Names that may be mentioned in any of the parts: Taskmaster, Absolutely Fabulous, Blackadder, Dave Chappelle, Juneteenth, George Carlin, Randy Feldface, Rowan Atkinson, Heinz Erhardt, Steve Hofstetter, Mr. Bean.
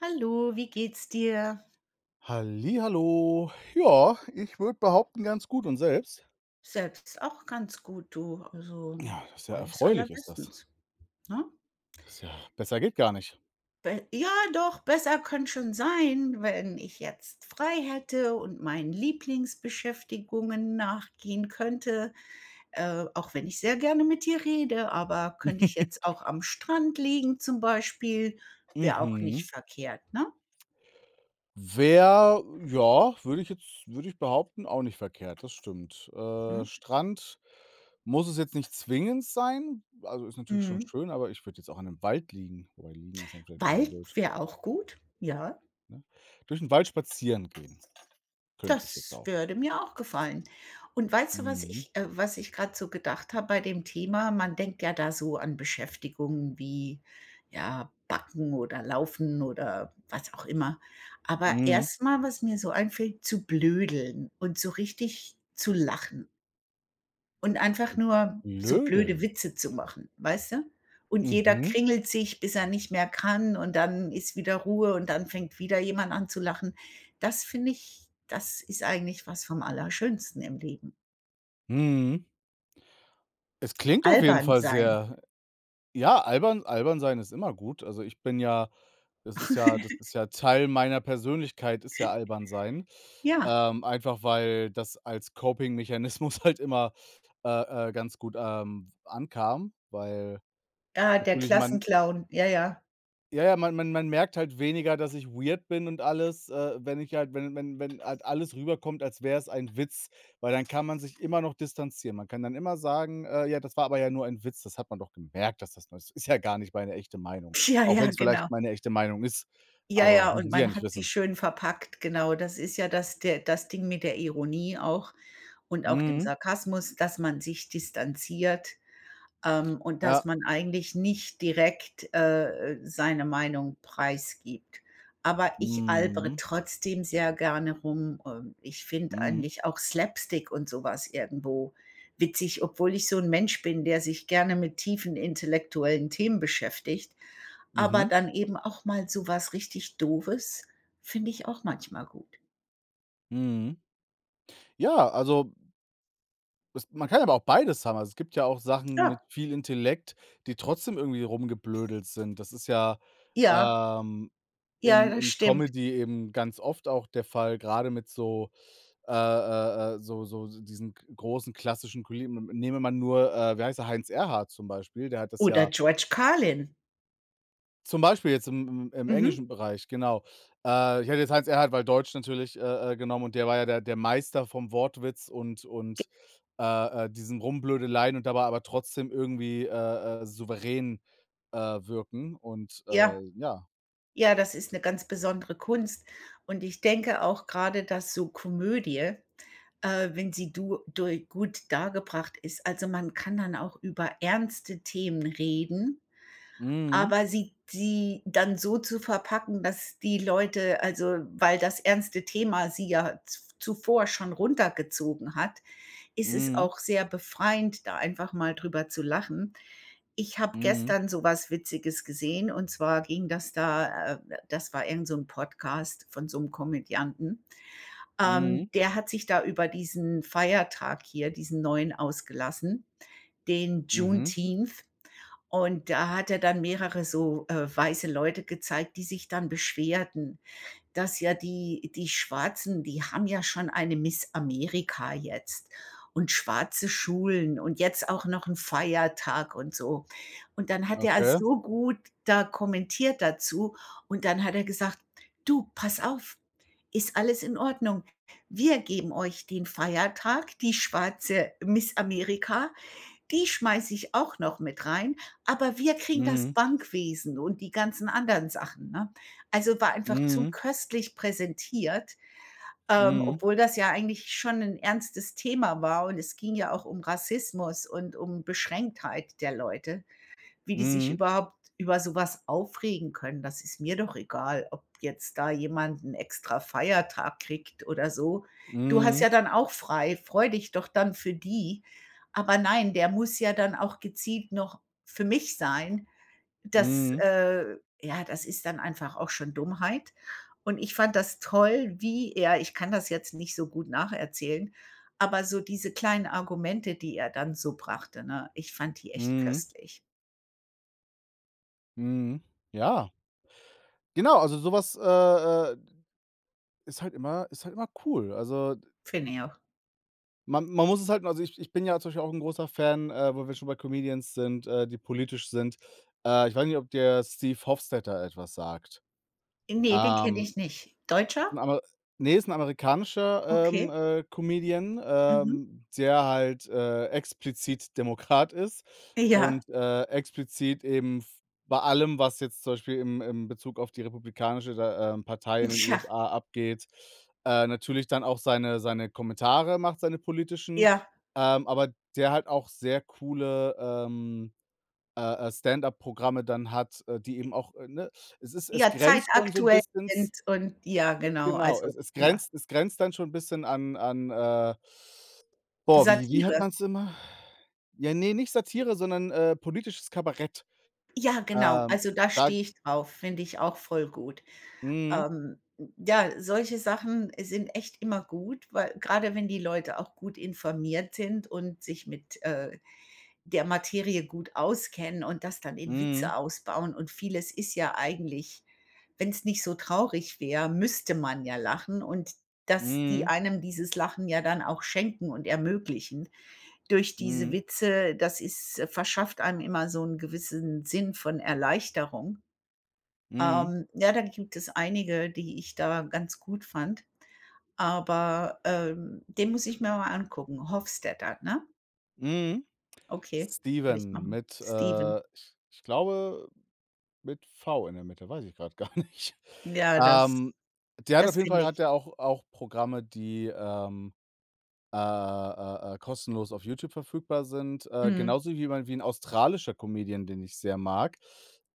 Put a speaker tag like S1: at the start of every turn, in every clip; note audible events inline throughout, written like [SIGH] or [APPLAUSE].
S1: Hallo, wie geht's dir?
S2: Hallihallo. Ja, ich würde behaupten, ganz gut und selbst?
S1: Selbst auch ganz gut, du. Also,
S2: Ja, das ist ja
S1: alles
S2: erfreulich ist das.
S1: allerbestens, ne?
S2: Das ist ja besser geht gar nicht.
S1: Be ja, doch, besser könnte schon sein, wenn ich jetzt frei hätte und meinen Lieblingsbeschäftigungen nachgehen könnte, auch wenn ich sehr gerne mit dir rede, aber könnte ich jetzt
S2: [LAUGHS]
S1: auch am Strand liegen zum Beispiel, wäre auch nicht
S2: Mhm.
S1: verkehrt, ne?
S2: Wär ja, würde ich behaupten, auch nicht verkehrt, das stimmt.
S1: Mhm.
S2: Strand muss es jetzt nicht zwingend sein, also, ist natürlich schon
S1: Mhm.
S2: schön, aber ich würde jetzt auch an einem Wald liegen, wobei liegen ist dann vielleicht 'n bisschen
S1: Wald
S2: blöd,
S1: wäre auch gut, ja.
S2: ne? Durch den Wald spazieren gehen könnte ich jetzt
S1: Das
S2: auch.
S1: würde mir auch gefallen. Und weißt du,
S2: Mhm.
S1: was ich gerade so gedacht habe bei dem Thema? Man denkt ja da so an Beschäftigungen wie, ja, Backen oder Laufen oder was auch immer. Aber
S2: Mhm. Mhm.
S1: erstmal, was mir so einfällt, zu blödeln und so richtig zu lachen. Und einfach nur so blöde Witze zu machen, weißt du? Und jeder
S2: Mhm.
S1: kringelt sich, bis er nicht mehr kann, und dann ist wieder Ruhe und dann fängt wieder jemand an zu lachen. Das finde ich, das ist eigentlich was vom Allerschönsten im Leben.
S2: Mhm. Es klingt auf jeden
S1: Albern
S2: Fall
S1: sein.
S2: sehr. Ja, albern albern sein ist immer gut. Also, ich bin ja das ist ja das ist ja Teil meiner Persönlichkeit ist ja albern sein.
S1: Ja,
S2: Einfach weil das als Coping-Mechanismus [LAUGHS] halt immer, ganz gut, ankam, weil
S1: ah, der
S2: natürlich man
S1: Klassenclown. Ja, ja.
S2: ja, ja, man merkt halt weniger, dass ich weird bin und alles, wenn ich halt wenn halt alles rüberkommt, als wäre es ein Witz, weil dann kann man sich immer noch distanzieren. Man kann dann immer sagen: Ja, das war aber ja nur ein Witz. Das hat man doch gemerkt, dass das nur ist ja gar nicht meine echte Meinung."
S1: [LAUGHS] Ja,
S2: Auch
S1: ja,
S2: wenn es
S1: genau.
S2: vielleicht meine echte Meinung ist,
S1: Ja,
S2: aber
S1: ja, und
S2: müssen Sie ja
S1: man
S2: nicht
S1: hat sie
S2: wissen.
S1: schön verpackt, genau. Das ist ja das, der das Ding mit der Ironie auch und auch dem
S2: Mhm.
S1: Sarkasmus, dass man sich distanziert. Und dass
S2: Ja.
S1: man eigentlich nicht direkt, seine Meinung preisgibt. Aber ich albere
S2: Mhm.
S1: trotzdem sehr gerne rum. Ich finde
S2: Mhm.
S1: eigentlich auch Slapstick und sowas irgendwo witzig, obwohl ich so ein Mensch bin, der sich gerne mit tiefen intellektuellen Themen beschäftigt. Aber
S2: Mhm.
S1: dann eben auch mal sowas richtig Doofes finde ich auch manchmal gut.
S2: Mhm. Ja, also, Das man kann aber auch beides haben. Also, es gibt ja auch Sachen mit
S1: Ja,
S2: viel Intellekt, die trotzdem irgendwie rumgeblödelt sind. Das ist ja,
S1: ja,
S2: ähm,
S1: ja,
S2: in
S1: das
S2: in
S1: stimmt.
S2: Comedy eben ganz oft auch der Fall, gerade mit so, so diesen g großen klassischen Kollegen. Nehme man nur, wie heißt er, Heinz Erhardt zum Beispiel, der hat das
S1: Oder
S2: ja
S1: George Carlin.
S2: zum Beispiel jetzt im
S1: Mhm.
S2: englischen Bereich, genau. Ich hätte jetzt Heinz Erhardt, weil Deutsch natürlich, genommen und der war ja der Meister vom Wortwitz und, äh, diesen Rumblödeleien und dabei aber trotzdem irgendwie, souverän, wirken und,
S1: Ja.
S2: ja.
S1: Ja, das ist 'ne ganz besondere Kunst, und ich denke auch grade, dass so Komödie, wenn sie du dui gut dargebracht ist, also, man kann dann auch über ernste Themen reden,
S2: Mhm,
S1: aber sie dann so zu verpacken, dass die Leute, also, weil das ernste Thema sie ja z zuvor schon runtergezogen hat, ist es
S2: mhm,
S1: auch sehr befreiend, da einfach mal drüber zu lachen. Ich habe
S2: mhm,
S1: gestern so was Witziges gesehen und zwar ging das da das war irgend so 'n Podcast von so 'nem Komödianten.
S2: mhm,
S1: Der hat sich da über diesen Feiertag hier, diesen neuen, ausgelassen, den
S2: mhm,
S1: Juneteenth. Und da hat er dann mehrere so, weiße Leute gezeigt, die sich dann beschwerten, dass ja die Schwarzen, die haben ja schon eine Miss Amerika jetzt und schwarze Schulen und jetzt auch noch ein Feiertag und so. Und dann hat er
S2: okay.
S1: so gut da kommentiert dazu und dann hat er gesagt: „Du, pass auf, ist alles in Ordnung. Wir geben euch den Feiertag, die schwarze Miss Amerika, die schmeiße ich auch noch mit rein, aber wir kriegen das
S2: Mhm,
S1: Bankwesen und die ganzen anderen Sachen, ne? Also, war einfach zu
S2: mhm,
S1: köstlich präsentiert,
S2: mhm,
S1: obwohl das ja eigentlich schon 'n ernstes Thema war, und es ging ja auch um Rassismus und um Beschränktheit der Leute, wie die sich
S2: mhm,
S1: überhaupt über sowas aufregen können. Das ist mir doch egal, ob jetzt da jemand 'n extra Feiertag kriegt oder so. Du hast
S2: mhm,
S1: ja dann auch frei, freu dich doch dann für die. Aber nein, der muss ja dann auch gezielt noch für mich sein. Das,
S2: mhm,
S1: äh, ja, das ist dann einfach auch schon Dummheit. Und ich fand das toll, wie er, ich kann das jetzt nicht so gut nacherzählen, aber so diese kleinen Argumente, die er dann so brachte, ne? Ich fand die echt
S2: mhm,
S1: köstlich.
S2: mhm. Ja, genau, also sowas. äh, äh ist halt immer cool. Also,
S1: Finde ich auch.
S2: man muss es halt also, ich bin ja zum Beispiel auch ein großer Fan, wo wir schon bei Comedians sind, die politisch sind. Ich weiß nicht, ob der Steve Hofstetter etwas sagt.
S1: Ne, den kenne
S2: Ähm
S1: ich nicht. Deutscher?
S2: 'N Amer Ne, ist 'n amerikanischer,
S1: Okay.
S2: Comedian,
S1: Mhm.
S2: der halt, explizit Demokrat ist
S1: Ja.
S2: und, explizit eben f bei allem, was jetzt zum Beispiel im Bezug auf die republikanische da, Partei in den
S1: Tja,
S2: USA abgeht, natürlich dann auch seine Kommentare macht, seine politischen,
S1: ja.
S2: aber der halt auch sehr coole, Stand-up-Programme dann hat, die eben auch, ne, es
S1: Ja,
S2: grenzt schon so 'n
S1: zeitaktuell
S2: bisschen.
S1: und ja, genau,
S2: Genau,
S1: also
S2: es es
S1: ja.
S2: grenzt dann schon ein bisschen an, boah, wie hat
S1: Satire.
S2: man es immer? Ja, nee, nicht Satire, sondern, politisches Kabarett.
S1: Ja, genau.
S2: Ähm,
S1: Also, da
S2: da
S1: stehe ich drauf, finde ich auch voll gut.
S2: Mhm,
S1: Ähm, ja, solche Sachen sind echt immer gut, weil grade wenn die Leute auch gut informiert sind und sich mit, der Materie gut auskennen und das dann in
S2: mhm,
S1: Witze ausbauen, und vieles ist ja eigentlich, wenn es nicht so traurig wäre, müsste man ja lachen, und dass die
S2: mhm,
S1: einem dieses Lachen ja dann auch schenken und ermöglichen durch diese
S2: mhm,
S1: Witze, das ist verschafft einem immer so 'n gewissen Sinn von Erleichterung.
S2: mhm,
S1: Ja, da gibt es einige, die ich da ganz gut fand, aber, den muss ich mir mal angucken. Hofstadter, ne?
S2: mhm.
S1: Okay, werde ich
S2: Steven
S1: machen.
S2: mit,
S1: Steven.
S2: ich glaube, mit V in der Mitte, weiß ich gerade gar nicht. [LAUGHS]
S1: Ja, das
S2: Ähm, der hat auf jeden
S1: finde
S2: Fall hat
S1: ich.
S2: der auch Programme, die, kostenlos auf YouTube verfügbar sind.
S1: Mhm.
S2: Genauso wie jemand wie 'n australischer Comedian, den ich sehr mag.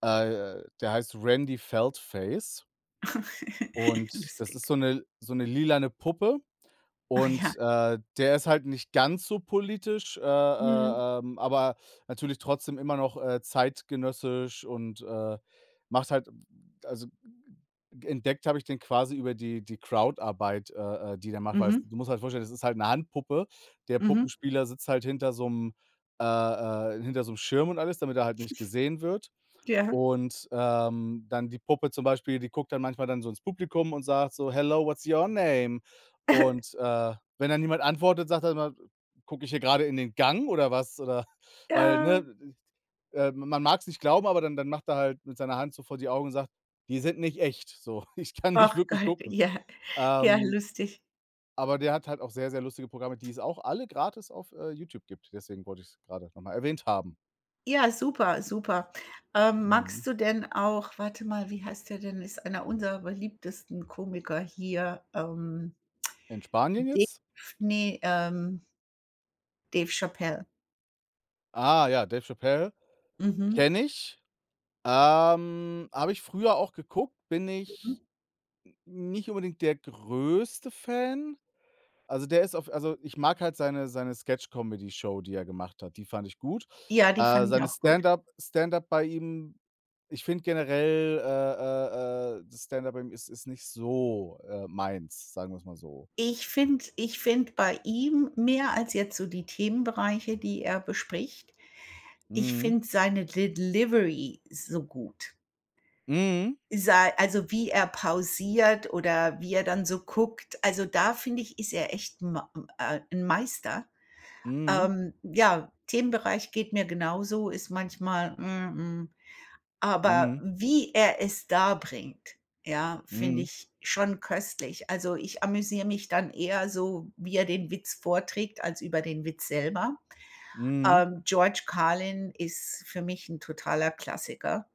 S2: Der heißt Randy Feldface
S1: [LAUGHS]
S2: und das ist
S1: Lustig.
S2: so eine lilane Puppe
S1: Ach ja.
S2: und, der ist halt nicht ganz so politisch,
S1: Mhm.
S2: aber natürlich trotzdem immer noch, zeitgenössisch und, macht halt also, entdeckt habe ich den quasi über die Crowdarbeit, die der macht, weil
S1: Mhm.
S2: du musst halt vorstellen, das ist halt eine Handpuppe. Der
S1: Mhm.
S2: Puppenspieler sitzt halt äh, hinter so einem Schirm und alles, damit er halt nicht gesehen wird.
S1: Ja.
S2: Und, dann die Puppe zum Beispiel, die guckt dann manchmal dann so ins Publikum und sagt so: „Hello, what's your name?" Und, wenn dann niemand antwortet, sagt er immer: „Gucke ich hier gerade in den Gang oder was?" Oder [LAUGHS] weil,
S1: Ja.
S2: ne, man mag es nicht glauben, aber dann macht er halt mit seiner Hand so vor die Augen und sagt: „Die sind nicht echt, so. [LAUGHS] Ich kann nicht
S1: Ach
S2: wirklich
S1: Gott,
S2: gucken."
S1: ja. Ja,
S2: Ähm,
S1: lustig.
S2: aber der hat halt auch sehr, sehr lustige Programme, die es auch alle gratis auf, YouTube gibt. Deswegen wollte ich's grade noch mal erwähnt haben.
S1: Ja, super, super. Magst
S2: Mhm.
S1: du denn auch, warte mal, wie heißt der denn? Ist einer unserer beliebtesten Komiker hier,
S2: In Spanien
S1: Dave,
S2: jetzt?
S1: ne, Dave Chappelle.
S2: Ah ja, Dave Chappelle.
S1: Mhm.
S2: Kenne ich. Habe ich früher auch geguckt, bin
S1: Mhm.
S2: ich nicht unbedingt der größte Fan. Also, der ist auf also, ich mag halt seine Sketch-Comedy-Show, die er gemacht hat, die fand ich gut.
S1: Ja, die fand ich
S2: Seine
S1: auch gut.
S2: Stand-up Stand-up bei ihm ich finde generell, das Stand-up bei ihm ist nicht so, meins, sagen wir's mal so.
S1: Ich finde bei ihm mehr als jetzt so die Themenbereiche, die er bespricht, ich
S2: Mhm.
S1: finde seine Delivery so gut.
S2: Mhm.
S1: Sei, also, wie er pausiert oder wie er dann so guckt. Also, da finde ich, ist er echt ein Ma 'n Meister.
S2: Mhm.
S1: Ja, Themenbereich geht mir genauso, ist manchmal: „Mm, mm, aber wie er es darbringt, ja, finde
S2: Mhm.
S1: ich schon köstlich. Also, ich amüsiere mich dann eher so, wie er den Witz vorträgt, als über den Witz selber.
S2: Mhm.
S1: George Carlin ist für mich 'n totaler Klassiker,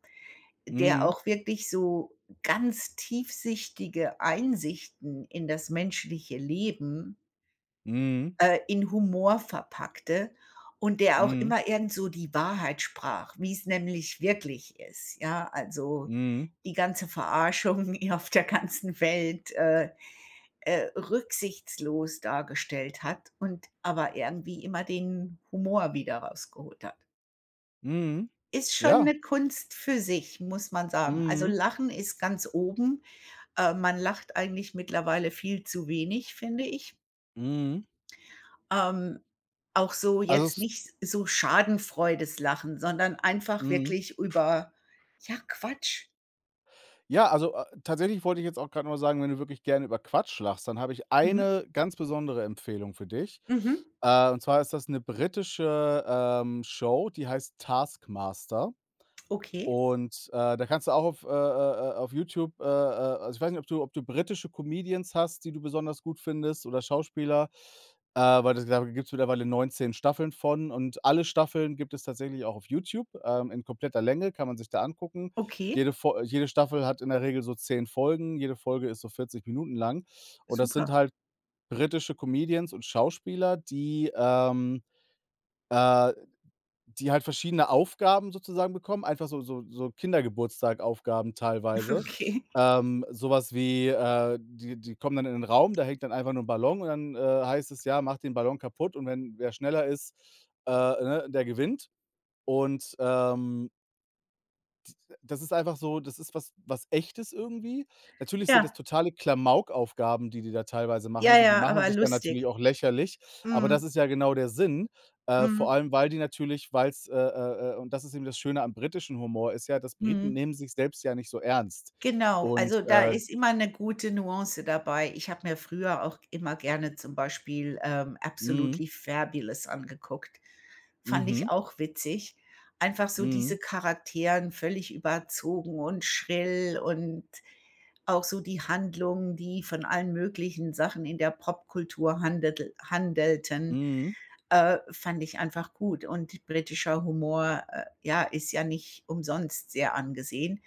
S1: der
S2: Mhm.
S1: auch wirklich so ganz tiefsichtige Einsichten in das menschliche Leben,
S2: Mhm.
S1: in Humor verpackte, und der auch
S2: Mhm.
S1: immer irgend so die Wahrheit sprach, wie es nämlich wirklich ist, ja? Also,
S2: Mhm. Mhm.
S1: die ganze Verarschung [LAUGHS] auf der ganzen Welt, rücksichtslos dargestellt hat und aber irgendwie immer den Humor wieder rausgeholt hat.
S2: Mhm.
S1: Ist schon
S2: Ja.
S1: eine Kunst für sich, muss man sagen. Also,
S2: Mhm.
S1: Lachen ist ganz oben. Man lacht eigentlich mittlerweile viel zu wenig, finde ich.
S2: Mhm.
S1: Ähm, auch so
S2: Also
S1: jetzt
S2: es
S1: nicht so schadenfreudes Lachen, sondern einfach
S2: Mhm.
S1: wirklich über, ja, Quatsch.
S2: Ja, also, tatsächlich wollte ich jetzt auch grad nur sagen, wenn du wirklich gerne über Quatsch lachst, dann habe ich
S1: Mhm,
S2: eine ganz besondere Empfehlung für dich.
S1: mhm.
S2: Und zwar ist das 'ne britische, Show, die heißt „Taskmaster".
S1: Okay,
S2: Und, da kannst du auch auf YouTube, also, ich weiß nicht, ob du britische Comedians hast, die du besonders gut findest oder Schauspieler, weil das da gibt es mittlerweile 19 Staffeln von und alle Staffeln gibt es tatsächlich auch auf YouTube, in kompletter Länge, kann man sich da angucken.
S1: okay,
S2: Jede Staffel hat in der Regel so 10 Folgen, jede Folge ist so 40 Minuten lang und das sind
S1: super.
S2: halt britische Comedians und Schauspieler, äh die halt verschiedene Aufgaben sozusagen bekommen, einfach so aufgaben
S1: [LAUGHS]
S2: teilweise.
S1: Okay.
S2: So wie, die kommen dann in 'nen Raum, da hängt dann einfach nur 'n Ballon und dann, heißt es: „Ja, macht den Ballon kaputt" und wenn wer schneller ist, ne, der gewinnt und, das ist einfach so, das ist was Echtes irgendwie. Natürlich sind das
S1: Ja,
S2: totale Klamaukaufgaben, die die da teilweise machen
S1: ja,
S2: müssen und die
S1: ja,
S2: machen
S1: aber
S2: sich dann natürlich
S1: lustig.
S2: auch lächerlich, aber das
S1: Mhm,
S2: ist ja genau der Sinn,
S1: mhm,
S2: vor allem, weil die natürlich, weil's und das ist eben das Schöne am britischen Humor ist ja, dass Briten
S1: mhm.
S2: nehmen sich selbst ja nicht so ernst
S1: Genau,
S2: und,
S1: also da ist immer eine gute Nuance dabei. Ich habe mir früher auch immer gerne zum Beispiel, Absolutely
S2: mhm,
S1: Fabulous angeguckt. Fand ich
S2: mhm,
S1: auch witzig. Einfach so diese
S2: mhm,
S1: Charakteren völlig überzogen und schrill, und auch so die Handlungen, die von allen möglichen Sachen in der Popkultur handelten,
S2: mhm,
S1: fand ich einfach gut. Und britischer Humor, ja, ist ja nicht umsonst sehr angesehen.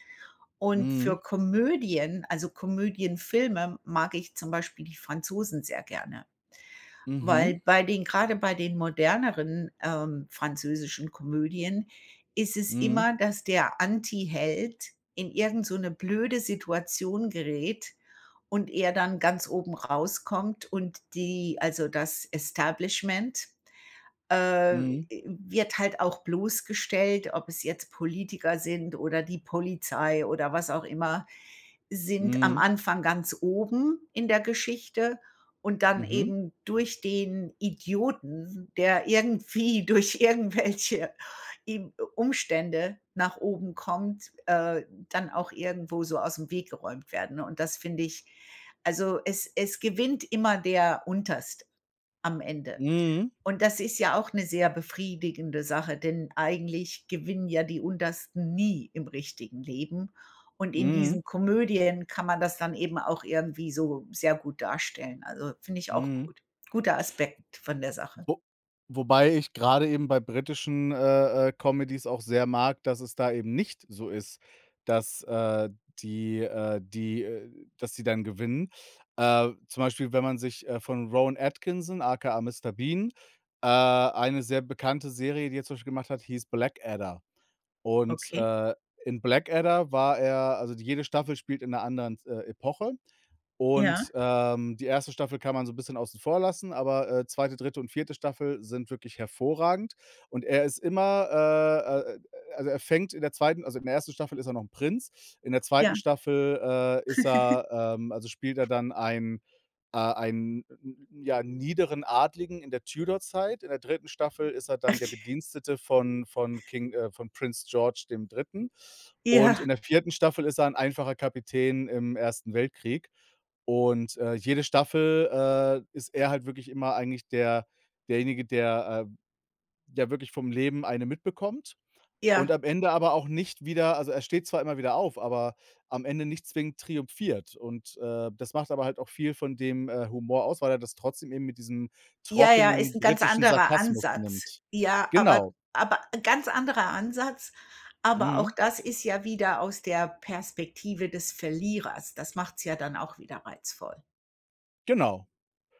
S1: Und für
S2: mhm,
S1: Komödien, also Komödienfilme, mag ich zum Beispiel die Franzosen sehr gerne,
S2: mhm,
S1: weil bei den, gerade bei den moderneren, französischen Komödien, ist es
S2: mhm,
S1: immer, dass der Anti-Held in irgend so eine blöde Situation gerät und er dann ganz oben rauskommt, und die, also das Establishment, äh,
S2: mhm,
S1: wird halt auch bloßgestellt, ob es jetzt Politiker sind oder die Polizei oder was auch immer, sind am
S2: mhm,
S1: Anfang ganz oben in der Geschichte und dann
S2: mhm,
S1: eben durch den Idioten, der irgendwie [LAUGHS] durch irgendwelche Umstände nach oben kommt, dann auch irgendwo so aus dem Weg geräumt werden. Und das finde ich, also es gewinnt immer der Unterst am Ende.
S2: mhm,
S1: Und das ist ja auch eine sehr befriedigende Sache, denn eigentlich gewinnen ja die Untersten nie im richtigen Leben. Und in
S2: mhm,
S1: diesen Komödien kann man das dann eben auch irgendwie so sehr gut darstellen. Also, finde ich auch
S2: mhm.
S1: gut. Guter Aspekt von der Sache.
S2: Wo wobei ich gerade eben bei britischen, Comedies auch sehr mag, dass es da eben nicht so ist, dass, die die dass sie dann gewinnen. Zum Beispiel, wenn man sich, von Rowan Atkinson, aka Mr. Bean, eine sehr bekannte Serie, die er zum Beispiel gemacht hat, hieß „Blackadder". Und,
S1: Okay.
S2: in Blackadder war er, also, jede Staffel spielt in einer anderen, Epoche
S1: Ja,
S2: und, die erste Staffel kann man so ein bisschen außen vor lassen, aber, 2., 3. und vierte Staffel sind wirklich hervorragend und er ist immer, also, er fängt in der zweiten also, in der ersten Staffel ist er noch ein Prinz, in der zweiten
S1: ja.
S2: Staffel, spielt er dann einen, ja, niederen Adligen in der Tudor-Zeit. In der dritten Staffel ist er dann der
S1: [LAUGHS]
S2: Bedienstete von Prince George dem Dritten. Und
S1: Ja,
S2: in der vierten Staffel ist er ein einfacher Kapitän im Ersten Weltkrieg. Und, jede Staffel, ist er halt wirklich immer eigentlich derjenige, der, ja wirklich vom Leben eine mitbekommt und
S1: ja.
S2: am Ende aber auch nicht wieder, also, er steht zwar immer wieder auf, aber am Ende nicht zwingend triumphiert. Und, das macht aber halt auch viel von dem, Humor aus, weil er das trotzdem eben mit diesem
S1: Ja, ja, ist
S2: trockenen
S1: 'n ganz
S2: britischen
S1: anderer
S2: Sarkasmus
S1: Ansatz.
S2: nimmt.
S1: Ja,
S2: Genau.
S1: aber ganz anderer Ansatz, aber auch
S2: Mhm.
S1: das ist ja wieder aus der Perspektive des Verlierers. Das macht's ja dann auch wieder reizvoll.
S2: Genau.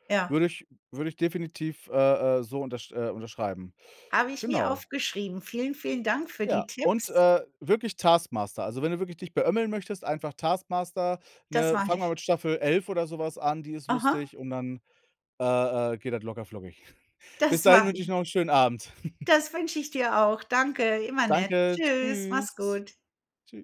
S1: Ja,
S2: Würde ich würde ich definitiv, so unterschreiben.
S1: habe ich mir
S2: Genau.
S1: aufgeschrieben. Vielen, vielen Dank für
S2: Ja,
S1: die
S2: und,
S1: Tipps.
S2: wirklich Taskmaster. Also, wenn du wirklich dich beömmeln möchtest, einfach Taskmaster,
S1: Das
S2: ne?
S1: mache
S2: Fang mal
S1: ich.
S2: mit Staffel 11 oder sowas an, die ist
S1: Aha,
S2: lustig und dann, geht das locker flockig. Bis
S1: das
S2: dahin
S1: mache
S2: wünsche ich
S1: ich.
S2: noch 'n schönen Abend. [LAUGHS]
S1: Das wünsche ich dir auch. Danke, immer nett.
S2: Danke,
S1: Tschüss, mach's
S2: tschüss.
S1: gut.
S2: Tschü